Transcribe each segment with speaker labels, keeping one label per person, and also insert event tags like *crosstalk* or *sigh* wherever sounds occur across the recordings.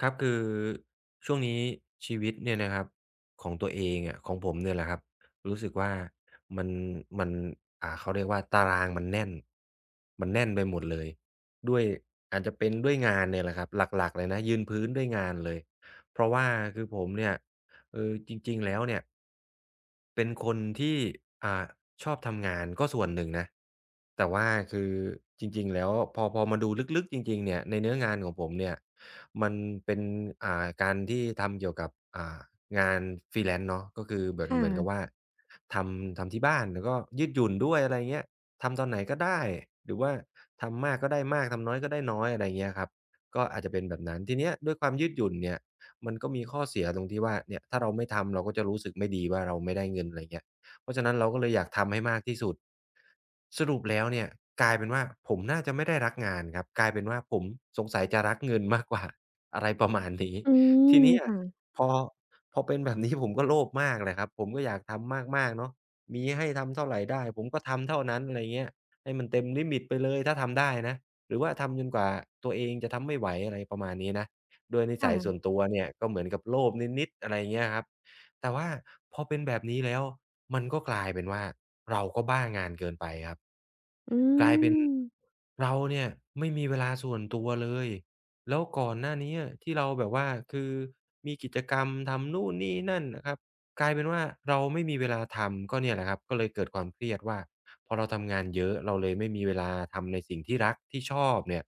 Speaker 1: ครับคือช่วงนี้ชีวิตเนี่ยนะครับของตัวเองอะของผมเนี่ยแหละครับรู้สึกว่ามันมันเขาเรียกว่าตารางมันแน่นมันแน่นไปหมดเลยด้วยอาจจะเป็นด้วยงานเนี่ยแหละครับหลักๆเลยนะยืนพื้นด้วยงานเลยเพราะว่าคือผมเนี่ยจริงๆแล้วเนี่ยเป็นคนที่อ่าชอบทำงานก็ส่วนหนึ่งนะแต่ว่าคือจริงๆแล้วพอมาดูลึกๆจริงๆเนี่ยในเนื้องานของผมเนี่ย มันเป็นการที่ทำเกี่ยวกับอ่างาน freelance เนาะก็คือเหมือน
Speaker 2: ค่
Speaker 1: เหมือนกับว่า
Speaker 2: ะ
Speaker 1: ทำที่บ้านแล้วก็ยืดหยุ่นด้วยอะไรเงี้ยทำตอนไหนก็ได้หรือว่าทำมากก็ได้มากทำน้อยก็ได้น้อยอะไรเงี้ยครับก็อาจจะเป็นแบบนั้นทีเนี้ยด้วยความยืดหยุ่นเนี่ยมันก็มีข้อเสียตรงที่ว่าเนี่ยถ้าเราไม่ทำเราก็จะรู้สึกไม่ดีว่าเราไม่ได้เงินอะไรเงี้ยเพราะฉะนั้นเราก็เลยอยากทำให้มากที่สุดสรุปแล้วเนี่ยกลายเป็นว่าผมน่าจะไม่ได้รักงานครับกลายเป็นว่าผมสงสัยจะรักเงินมากกว่า อะไรประมาณนี้
Speaker 2: อื
Speaker 1: *laughs* ที
Speaker 2: ม
Speaker 1: นี้อะ
Speaker 2: ค่ะ
Speaker 1: พอพอเป็นแบบนี้ *laughs* ผมก็โลภมากแหละครับผมก็อยากทำมากๆเนาะมีให้ทำเท่าไรได้ผมก็ทำเท่านั้นอะไรเงี้ยให้มันเต็มลิมิตไปเลยถ้าทำได้นะหรือว่าทำจนกว่าตัวเองจะทำไม่ไหวอะไรประมาณนี้นะด้วยนิสัยส่ว
Speaker 2: ค่ะ
Speaker 1: นตัวเนี่ยก็เหมือนกับโลภนิดๆอะไรเงี้ยครับแต่ว่าพอเป็นแบบนี้แล้วมันก็กลายเป็นว่าเราก็บ้างานเกินไปครับ
Speaker 2: อื
Speaker 1: กลายเป็น
Speaker 2: ม
Speaker 1: เราเนี่ยไม่มีเวลาส่วนตัวเลยแล้วก่อนหน้าเนี้ยที่เราแบบว่าคือมีกิจกรรมทำนู่นนี่นั่นนะครับกลายเป็นว่าเราไม่มีเวลาทำก็เนี่ยแหละครับก็เลยเกิดความเครียดว่าพอเราทำงานเยอะเราเลยไม่มีเวลาทำในสิ่งที่รักที่ชอบเนี่ย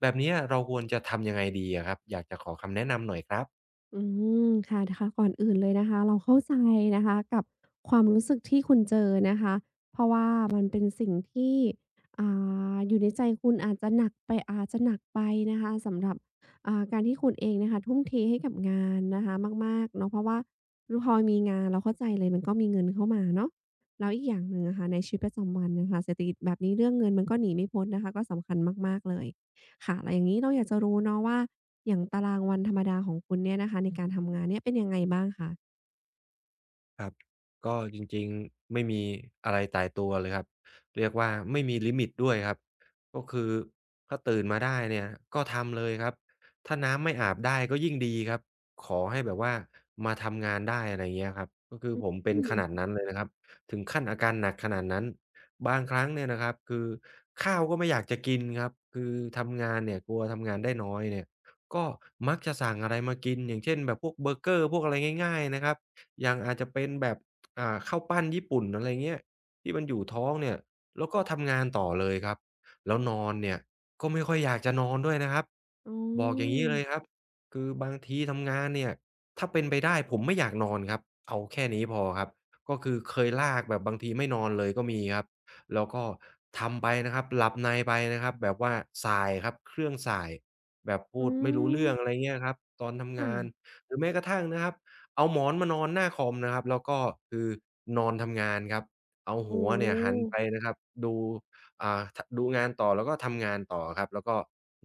Speaker 1: แบบเนี้ยเราควรจะทำยังไงดีอะครับอยากจะขอคำแนะนำหน่อยครับ
Speaker 2: อืค่ะนะคะก่อนอื่นเลยนะคะเราเข้าใจนะคะกับความรู้สึกที่คุณเจอนะคะเพราะว่ามันเป็นสิ่งที่อ่อยู่ในใจคุณอาจจะหนักไปอาจจะหนักไปนะคะสำหรับการที่คุณเองนะคะทุ่มเทให้กับงานนะคะมากๆเนาะเพราะว่ารู้พอมีงานเราเข้าใจเลยมันก็มีเงินเข้ามาเนาะแล้วอีกอย่างหนึ่งอะค่ะในชีวิตประจำวันน่ะค่ะเศรษฐกิจแบบนี้เรื่องเงินมันก็หนีไม่พ้นนะคะก็สำคัญมากๆเลยค่ะแล้วอย่างงี้เราอยากจะรู้เนาะว่า อย่างตารางวันธรรมดาของคุณเนี่ยนะคะในการทำงานเนี่ยเป็นยังไงบ้างคะ
Speaker 1: ครับก็จริงๆไม่มีอะไรตายตัวเลยครับเรียกว่าไม่มีลิมิตด้วยครับก็คือถ้าตื่นมาได้เนี่ยก็ทำเลยครับถ้าน้ำไม่อาบได้ก็ยิ่งดีครับขอให้แบบว่ามาทำงานได้อะไรเงี้ยครับก็คือผมเป็น
Speaker 2: อื
Speaker 1: ขนาด
Speaker 2: ม
Speaker 1: นั้นเลยนะครับถึงขั้นอาการหนักขนาดนั้นบางครั้งเนี่ยนะครับคือข้าวก็ไม่อยากจะกินครับคือทำงานเนี่ยกลัวทำงานได้น้อยเนี่ยก็มักจะสั่งอะไรมากินอย่างเช่นแบบพวกเบอร์เกอร์พวกอะไรง่ายๆนะครับ อย่างอาจจะเป็นแบบข้าวปั้นญี่ปุ่นอะไรเงี้ยที่มันอยู่ท้องเนี่ยแล้วก็ทำงานต่อเลยครับแล้วนอนเนี่ยก็ไม่ค่อยอยากจะนอนด้วยนะครับ
Speaker 2: อ๋อ
Speaker 1: บอกอย่างงี้เลยครับคือบางทีทำงานเนี่ยถ้าเป็นไปได้ผมไม่อยากนอนครับเอาแค่นี้พอครับก็คือเคยลากแบบบางทีไม่นอนเลยก็มีครับแล้วก็ทำไปนะครับหลับในไปนะครับแบบว่าส่ายครับเครื่องส่ายแบบพู
Speaker 2: อื
Speaker 1: ดไม่รู้
Speaker 2: ม
Speaker 1: เรื่องอะไรเงี้ยครับตอนทำงาน
Speaker 2: ค่ะ
Speaker 1: หรือแม้กระทั่งนะครับ เอาหมอนมานอนหน้าคอมนะครับแล้วก็คือนอนทำงานครับเอาหั
Speaker 2: โอ้
Speaker 1: ว
Speaker 2: โฮ
Speaker 1: เนี่ยหันไปนะครับดูทดูงานต่อแล้วก็ทำงานต่อครับแล้วก็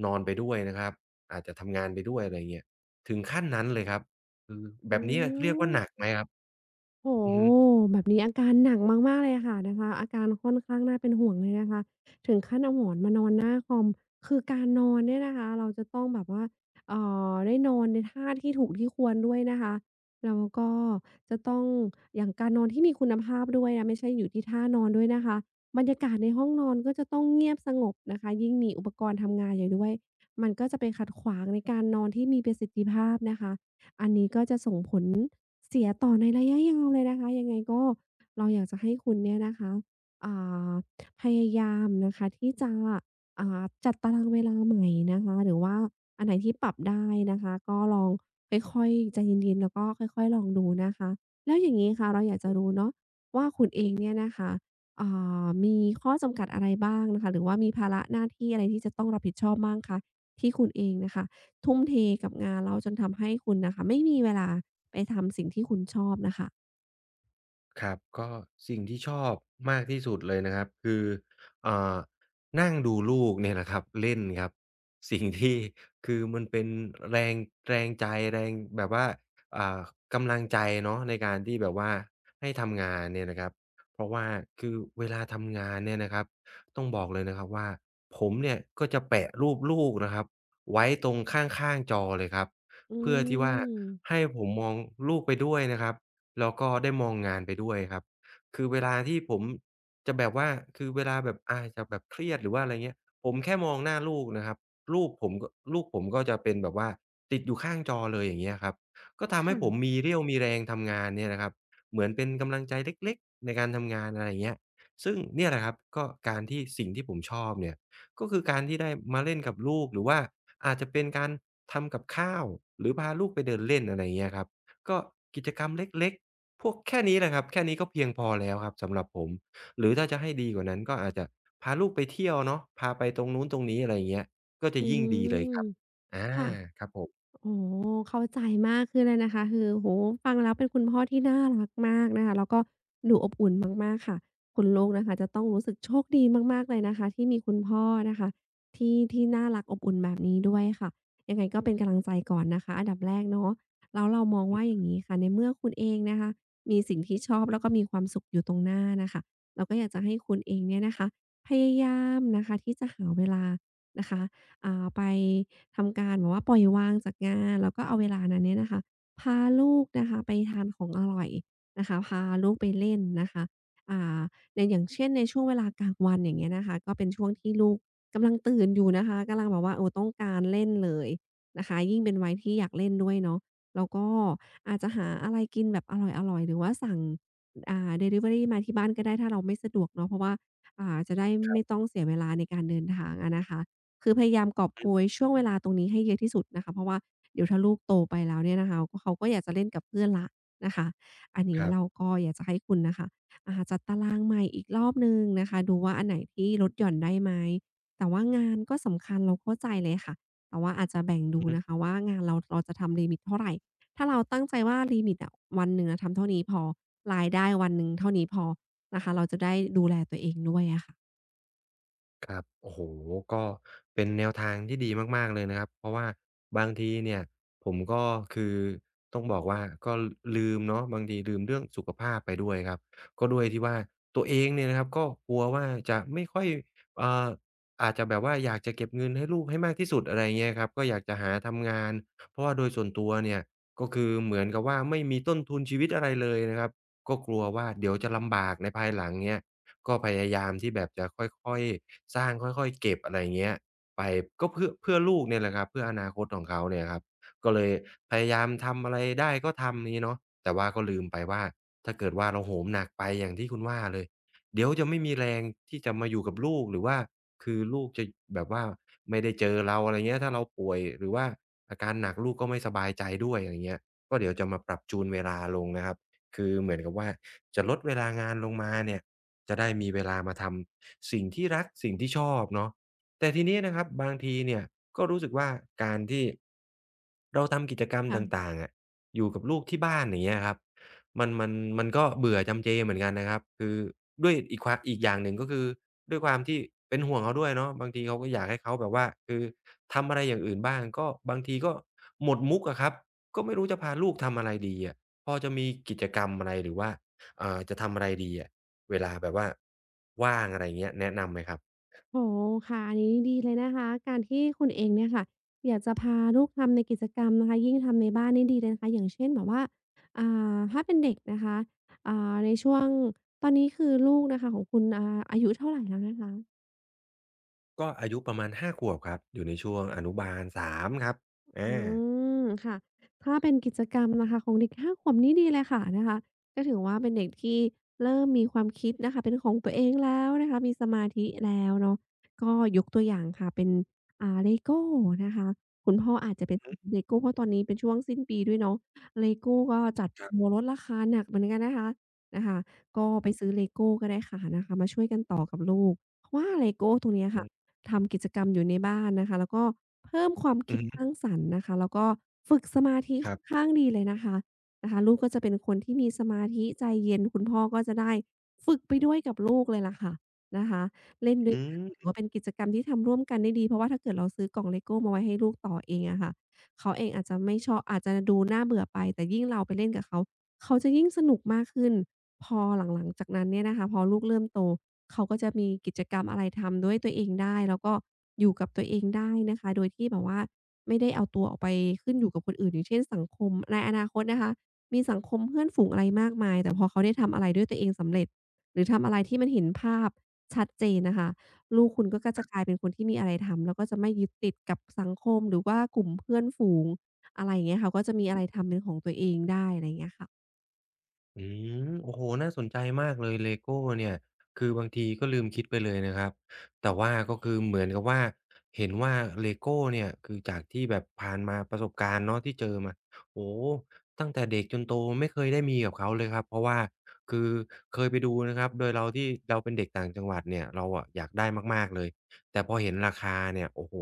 Speaker 1: นอนไปด้วยนะครับอาจจะทำงานไปด้วยอะไรเงี้ยถึงขั้นนั้นเลยครับคือ
Speaker 2: อื
Speaker 1: แบบนี้เรียกว่าหนัก
Speaker 2: ม
Speaker 1: ไหมครับ
Speaker 2: โอ้
Speaker 1: อื
Speaker 2: โฮ
Speaker 1: อฮึ
Speaker 2: แบบนี้อาการหนักมากๆเลยค่ะนะคะอาการค่อนข้างน่าเป็นห่วงเลยนะคะถึงขั้นเอาหมอนมานอนหน้าคอมคือการนอนเนี่ยนะคะเราจะต้องแบบว่าเอ่ได้นอนในท่าที่ถูกที่ควรด้วยนะคะแล้วก็จะต้องอย่างการนอนที่มีคุณภาพด้วยนะไม่ใช่อยู่ที่ท่านอนด้วยนะคะบรรยากาศในห้องนอนก็จะต้องเงียบสงบนะคะยิ่งมีอุปกรณ์ทำงานอยู่ด้วยมันก็จะไปขัดขวางในการนอนที่มีประสิทธิภาพนะคะ จะส่งผลเสียต่อในระยะยาวเลยนะคะยังไงก็เราอยากจะให้คุณเนี่ยนะคะอ่าพยายามนะคะที่จะจัดตารางเวลาใหม่นะคะหรือว่าอันไหนที่ปรับได้นะคะก็ลองค่อยๆใจเย็นๆแล้วก็ค่อยๆลองดูนะคะแล้วอย่างงี้ค่ะเราอยากจะรู้เนาะว่าคุณเองเนี่ยนะคะอ่มีข้อจำกัดอะไรบ้างนะคะหรือว่ามีภาระหน้าที่อะไรที่จะต้องรับผิดชอบบ้างคะที่คุณเองน่ะค่ะ ทุ่มเทกับงานแล้วจนทำให้คุณน่ะค่ะไม่มีเวลาไปทำสิ่งที่คุณชอบน่ะค่ะ
Speaker 1: ครับก็สิ่งที่ชอบมากที่สุดเลยนะครับคืออ่านั่งดูลูกเนี่ยแหละครับเล่นครับ *laughs* สิ่งที่คือมันเป็นแรงแรงใจแรงแบบว่าอ่ากำลังใจเนาะในการที่แบบว่าให้ทำงานเนี่ยนะครับเพราะว่าคือเวลาทำงานเนี่ยนะครับต้องบอกเลยนะครับว่าผมเนี่ยก็จะแปะรูปลูกนะครับไว้ตรงข้างๆจอเลยครับ
Speaker 2: อื
Speaker 1: เพื่อที่ว่า
Speaker 2: ม
Speaker 1: ให้ผมมองลูกไปด้วยนะครับ แล้วก็ได้มองงานไปด้วยครับคือเวลาที่ผมจะแบบว่าคือเวลาแบบอาจะแบบเครียดหรือว่าอะไรเงี้ยผมแค่มองหน้าลูกนะครับลูกผมก็ลูกผมก็จะเป็นแบบว่าติดอยู่ข้างจอเลยอย่างเงี้ยครับก็ทำให้ผม
Speaker 2: ค่ะ
Speaker 1: มีเรี่ยวมีแรงทำงานเนี่ยนะครับเหมือนเป็นกำลังใจเล็กๆในการทำงานอะไรอย่างเงี้ยซึ่งเนี่ยแหละครับก็การที่สิ่งที่ผมชอบเนี่ยก็คือการที่ได้มาเล่นกับลูกหรือว่าอาจจะเป็นการทำกับข้าวหรือพาลูกไปเดินเล่นอะไรอย่างเงี้ยครับก็กิจกรรมเล็กๆ พวกแค่นี้แหละครับแค่นี้ก็เพียงพอแล้วครับสำหรับผมหรือถ้าจะให้ดีกว่านั้นก็อาจจะพาลูกไปเที่ยวเนาะพาไปตรงนู้นตรงนี้อะไรอย่างเงี้ยก็จะ
Speaker 2: อื
Speaker 1: ยิ่งดีเลย
Speaker 2: ม
Speaker 1: ครับอา
Speaker 2: ค่ะ
Speaker 1: ครับผม
Speaker 2: โอ้โฮเข้าใจมากขึ้นเลยนะคะ คือโอ้โฮฟังแล้วเป็นคุณพ่อที่น่ารักมากนะคะ แล้วก็ดูอบอุ่นมากๆค่ะคุณลูกนะคะจะต้องรู้สึกโชคดีมากๆเลยนะคะที่มีคุณพ่อนะคะที่ที่น่ารักอบอุ่นแบบนี้ด้วยค่ะ ยังไงก็เป็นกำลังใจก่อนนะคะอันดับแรกเนาะแล้วเรามองว่าอย่างงี้ค่ะ ในเมื่อคุณเองนะคะมีสิ่งที่ชอบแล้วก็มีความสุขอยู่ตรงหน้าน่ะค่ะเราก็อยากจะให้คุณเองเนี่ยนะคะพยายามนะคะที่จะหาเวลานะคะ ไปทำการแบบว่าปล่อยวางจากงานแล้วก็เอาเวลานั้นเนี่ยนะคะพาลูกนะคะไปทานของอร่อยนะคะพาลูกไปเล่นนะคะอ่าในอย่างเช่นในช่วงเวลากลางวันอย่างเงี้ยนะคะก็เป็นช่วงที่ลูกกำลังตื่นอยู่นะคะกำลังแบบว่าเออต้องการเล่นเลยนะคะยิ่งเป็นวัยที่อยากเล่นด้วยเนาะแล้วก็อาจจะหาอะไรกินแบบอร่อยๆหรือว่าสั่งดิลิเวอรีมาที่บ้านก็ได้ถ้าเราไม่สะดวกเนาะเพราะว่าจะได้ไม่ต้องเสียเวลาในการเดินทางอะนะคะ คือพยายามกอบโกยช่วงเวลาตรงนี้ให้เยอะที่สุดนะคะเพราะว่าเดี๋ยวถ้าลูกโตไปแล้วเนี่ยนะคะก็เขาก็อยากจะเล่นกับเพื่อนละนะคะอันเนี้
Speaker 1: ค
Speaker 2: ย
Speaker 1: รั
Speaker 2: เรา
Speaker 1: บ
Speaker 2: ก็อยากจะให้คุณนะคะจัดตารางใหม่อีกรอบหนึ่งนะคะดูว่าอันไหนที่ลดหย่อนได้ไหมแต่ว่างานก็สำคัญเราเข้าใจเลยค่ะแต่ว่าอาจจะแบ่ง
Speaker 1: อื
Speaker 2: ดู
Speaker 1: อฮึ
Speaker 2: นะคะว่างานเราเราจะทำลิมิตเท่าไรถ้าเราตั้งใจว่าลิมิตอะวันหนึ่งอะทำเท่านี้พอรายได้วันหนึ่งเท่านี้พอนะคะเราจะได้ดูแลตัวเองด้วยอะ
Speaker 1: ครับโอ้โฮก็เป็นแนวทางที่ดีมากๆเลยนะครับเพราะว่าบางทีเนี่ยผมก็คือต้องบอกว่าก็ลืมเนาะบางทีลืมเรื่องสุขภาพไปด้วยครับก็ด้วยที่ว่าตัวเองเนี่ยนะครับก็กลัวว่าจะไม่ค่อยเอ่ออาจจะแบบว่าอยากจะเก็บเงินให้ลูกให้มากที่สุดอะไรเงี้ยครับก็อยากจะหาทำงานเพราะว่าโดยส่วนตัวเนี่ยก็คือเหมือนกับว่าไม่มีต้นทุนชีวิตอะไรเลยนะครับก็กลัวว่าเดี๋ยวจะลำบากในภายหลังเงี้ย ก็พยายามที่แบบจะค่อยๆสร้างค่อยๆเก็บอะไรอย่างเงี้ยไปก็เพื่อลูกเนี่ยแหละครับเพื่ออนาคตของเขาเนี่ยครับก็เลยพยายามทำอะไรได้ก็ทำงี้เนาะแต่ว่าก็ลืมไปว่าถ้าเกิดว่าเราโหมหนักไปอย่างที่คุณว่าเลยเดี๋ยวจะไม่มีแรงที่จะมาอยู่กับลูกหรือว่าคือลูกจะแบบว่าไม่ได้เจอเราอะไรเงี้ยถ้าเราป่วยหรือว่าอาการหนักลูกก็ไม่สบายใจด้วยอะไรเงี้ยก็เดี๋ยวจะมาปรับจูนเวลาลงนะครับคือเหมือนกับว่าจะลดเวลางานลงมาเนี่ย จะได้มีเวลามาทำสิ่งที่รักสิ่งที่ชอบเนาะแต่ทีนี้นะครับบางทีเนี่ยก็รู้สึกว่าการที่เราทำกิจกรรมต
Speaker 2: ค่ะ
Speaker 1: ่างๆอะอยู่กับลูกที่บ้านอย่างเงี้ยครับมันมันมันก็เบื่อจำเจเหมือนกันนะครับคือด้วยอีกความอีกอย่างหนึ่งก็คือด้วยความที่เป็นห่วงเขาด้วยเนาะบางทีเราก็อยากให้เขาแบบว่าคือทำอะไรอย่างอื่นบ้างก็บางทีก็หมดมุกอะครับก็ไม่รู้จะพาลูกทำอะไรดีอะพอจะมีกิจกรรมอะไรหรือว่าจะทำอะไรดีอะ เวลาแบบว่าว่างอะไรเงี้ยแนะนำไหมครับ
Speaker 2: โอ้โฮค่ะอันนี้ดีเลยนะคะการที่คุณเองเนี่ยค่ะอยากจะพาลูกทำในกิจกรรมนะคะยิ่งทำในบ้านนี่ดีเลยนะคะอย่างเช่นแบบว่าอ่ถ้าเป็นเด็กนะคะในช่วงตอนนี้คือลูกนะคะของคุณอายุเท่าไรแล้วนะคะ
Speaker 1: ก็อายุประมาณ5ขวบครับอยู่ในช่วงอนุบาล3ครับ
Speaker 2: อื
Speaker 1: อา
Speaker 2: มค่ะถ้าเป็นกิจกรรมนะคะของเด็ก5 ขวบนี่ดีเลยค่ะนะคะก็ถือว่าเป็นเด็กที่เริ่มมีความคิดนะคะเป็นของตัวเองแล้วนะคะมีสมาธิแล้วเนาะก็ยกตัวอย่างค่ะเป็นLEGO นะคะคุณพ่ออาจจะเป็น *unintelligible* LEGO เพราะตอนนี้เป็นช่วงสิ้นปีด้วยเนาะ LEGO ก็จัด
Speaker 1: ครับ
Speaker 2: โปรลดราคาหนักเหมือนกันนะคะนะคะก็ไปซื้อ LEGO ก็ได้ค่ะนะคะมาช่วยกันต่อกับลูกเพราะว่า LEGO ตรงเนี้ย
Speaker 1: อืม
Speaker 2: ค่ะ ทำกิจกรรมอยู่ในบ้านนะคะแล้วก็เพิ่มความ
Speaker 1: อื
Speaker 2: คิ
Speaker 1: อ
Speaker 2: ด
Speaker 1: ฮึ
Speaker 2: สร้างสรรค์นะคะแล้วก็ฝึกสมาธิ
Speaker 1: ค
Speaker 2: ค่
Speaker 1: รั
Speaker 2: อน
Speaker 1: บ
Speaker 2: ข้างดีเลยนะคะนะคะลูกก็จะเป็นคนที่มีสมาธิใจเย็นคุณพ่อก็จะได้ฝึกไปด้วยกับลูกเลยล่ะค่ะนะคะเล่นด้วย
Speaker 1: อื
Speaker 2: กันถือ
Speaker 1: ม
Speaker 2: ว่าเป็นกิจกรรมที่ทำร่วมกันได้ดีเพราะว่าถ้าเกิดเราซื้อกล่องเลโก้มาไว้ให้ลูกต่อเองอะค่ะเขาเองอาจจะไม่ชอบอาจจะดูน่าเบื่อไปแต่ยิ่งเราไปเล่นกับเขาเขาจะยิ่งสนุกมากขึ้นพอหลังๆจากนั้นเนี่ยนะคะพอลูกเริ่มโต เขาก็จะมีกิจกรรมอะไรทำด้วยตัวเองได้แล้วก็อยู่กับตัวเองได้นะคะโดยที่แบบว่าไม่ได้เอาตัวออกไปขึ้นอยู่กับคนอื่นอย่างเช่นสังคมในอนาคตนะคะมีสังคมเพื่อนฝูงอะไรมากมายแต่พอเขาได้ทำอะไรด้วยตัวเองสำเร็จหรือทำอะไรที่มันเห็นภาพชัดเจนน่ะค่ะลูกคุณก็จะกลายเป็นคนที่มีอะไรทำแล้วก็จะไม่ยึดติดกับสังคมหรือว่ากลุ่มเพื่อนฝูงอะไรอย่างเงี้ยค่ะก็จะมีอะไรทำเป็นของตัวเองได้อะไรอย่างเงี้ยค่ะ
Speaker 1: อืมโอ้โฮน่าสนใจมากเลยเลโก้เนี่ยคือบางทีก็ลืมคิดไปเลยนะครับแต่ว่าก็คือเหมือนกับว่าเห็นว่าเลโก้เนี่ยคือจากที่แบบผ่านมาประสบการณ์เนาะที่เจอมาโอ้โฮตั้งแต่เด็กจนโตไม่เคยได้มีกับเขาเลยครับเพราะว่าคือเคยไปดูนะครับโดยเราที่เราเป็นเด็กต่างจังหวัดเนี่ยเราอะอยากได้มากๆเลยแต่พอเห็นราคาเนี่ยโอ้โฮ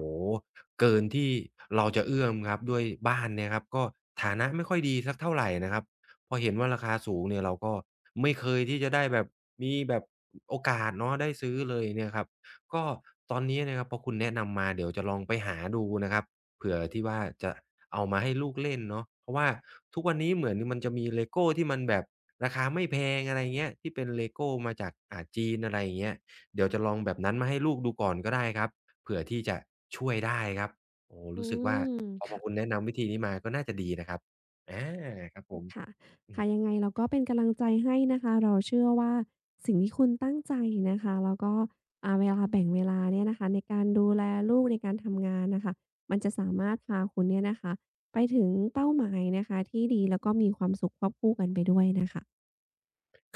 Speaker 1: เกินที่เราจะเอื้อมครับด้วยบ้านเนี่ยครับก็ฐานะไม่ค่อยดีสักเท่าไรนะครับ พอเห็นว่าราคาสูงเนี่ยเราก็ไม่เคยที่จะได้แบบมีแบบโอกาสเนาะได้ซื้อเลยเนี่ยครับก็ตอนนี้นะครับพอคุณแนะนำมาเดี๋ยวจะลองไปหาดูนะครับเผื่อที่ว่าจะเอามาให้ลูกเล่นเนาะเพราะว่าทุกวันนี้เหมือนมันจะมี LEGO ที่มันแบบราคาไม่แพงอะไรเงี้ยที่เป็น LEGO มาจากจีนอะไรอย่างเงี้ยเดี๋ยวจะลองแบบนั้นมาให้ลูกดูก่อนก็ได้ครับเผื่อที่จะช่วยได้ครับโอ้โฮ
Speaker 2: อื
Speaker 1: รู้สึกว่า
Speaker 2: ม
Speaker 1: พอคุณ
Speaker 2: ค่ะ
Speaker 1: แนะนำวิธีนี้มาก็น่าจะดีนะครับอาครับผ
Speaker 2: ค่ะ
Speaker 1: ม
Speaker 2: ค่ะ ยังไงเราก็เป็นกำลังใจให้นะคะเราเชื่อว่าสิ่งที่คุณตั้งใจนะคะแล้วก็เวลาแบ่งเวลาเนี่ยนะคะในการดูแลลูกในการทำงานน่ะค่ะมันจะสามารถพาคุณเนี่ยนะคะไปถึงเป้าหมายนะคะที่ดีแล้วก็มีความสุขควบคู่กันไปด้วยน่ะค่ะ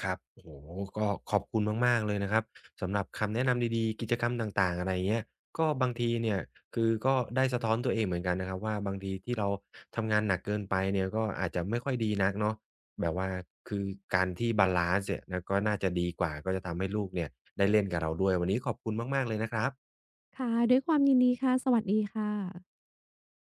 Speaker 1: ครับโอ้โฮก็ขอบคุณมากๆเลยนะครับสำหรับคำแนะนำดีๆกิจกรรมต่างๆอะไรอย่างเงี้ย ก็บางทีเนี่ยคือก็ได้สะท้อนตัวเองเหมือนกันนะครับว่าบางทีที่เราทำงานหนักเกินไปเนี่ยก็อาจจะไม่ค่อยดีนักเนาะแบบว่าคือการที่บาลันซ์เนี่ยนะก็น่าจะดีกว่าก็จะทำให้ลูกเนี่ยได้เล่นกับเราด้วยวันนี้ขอบคุณมากๆเลยนะครับ
Speaker 2: ค่ะ ด้วยความยินดีค่ะ สวัสดีค่ะ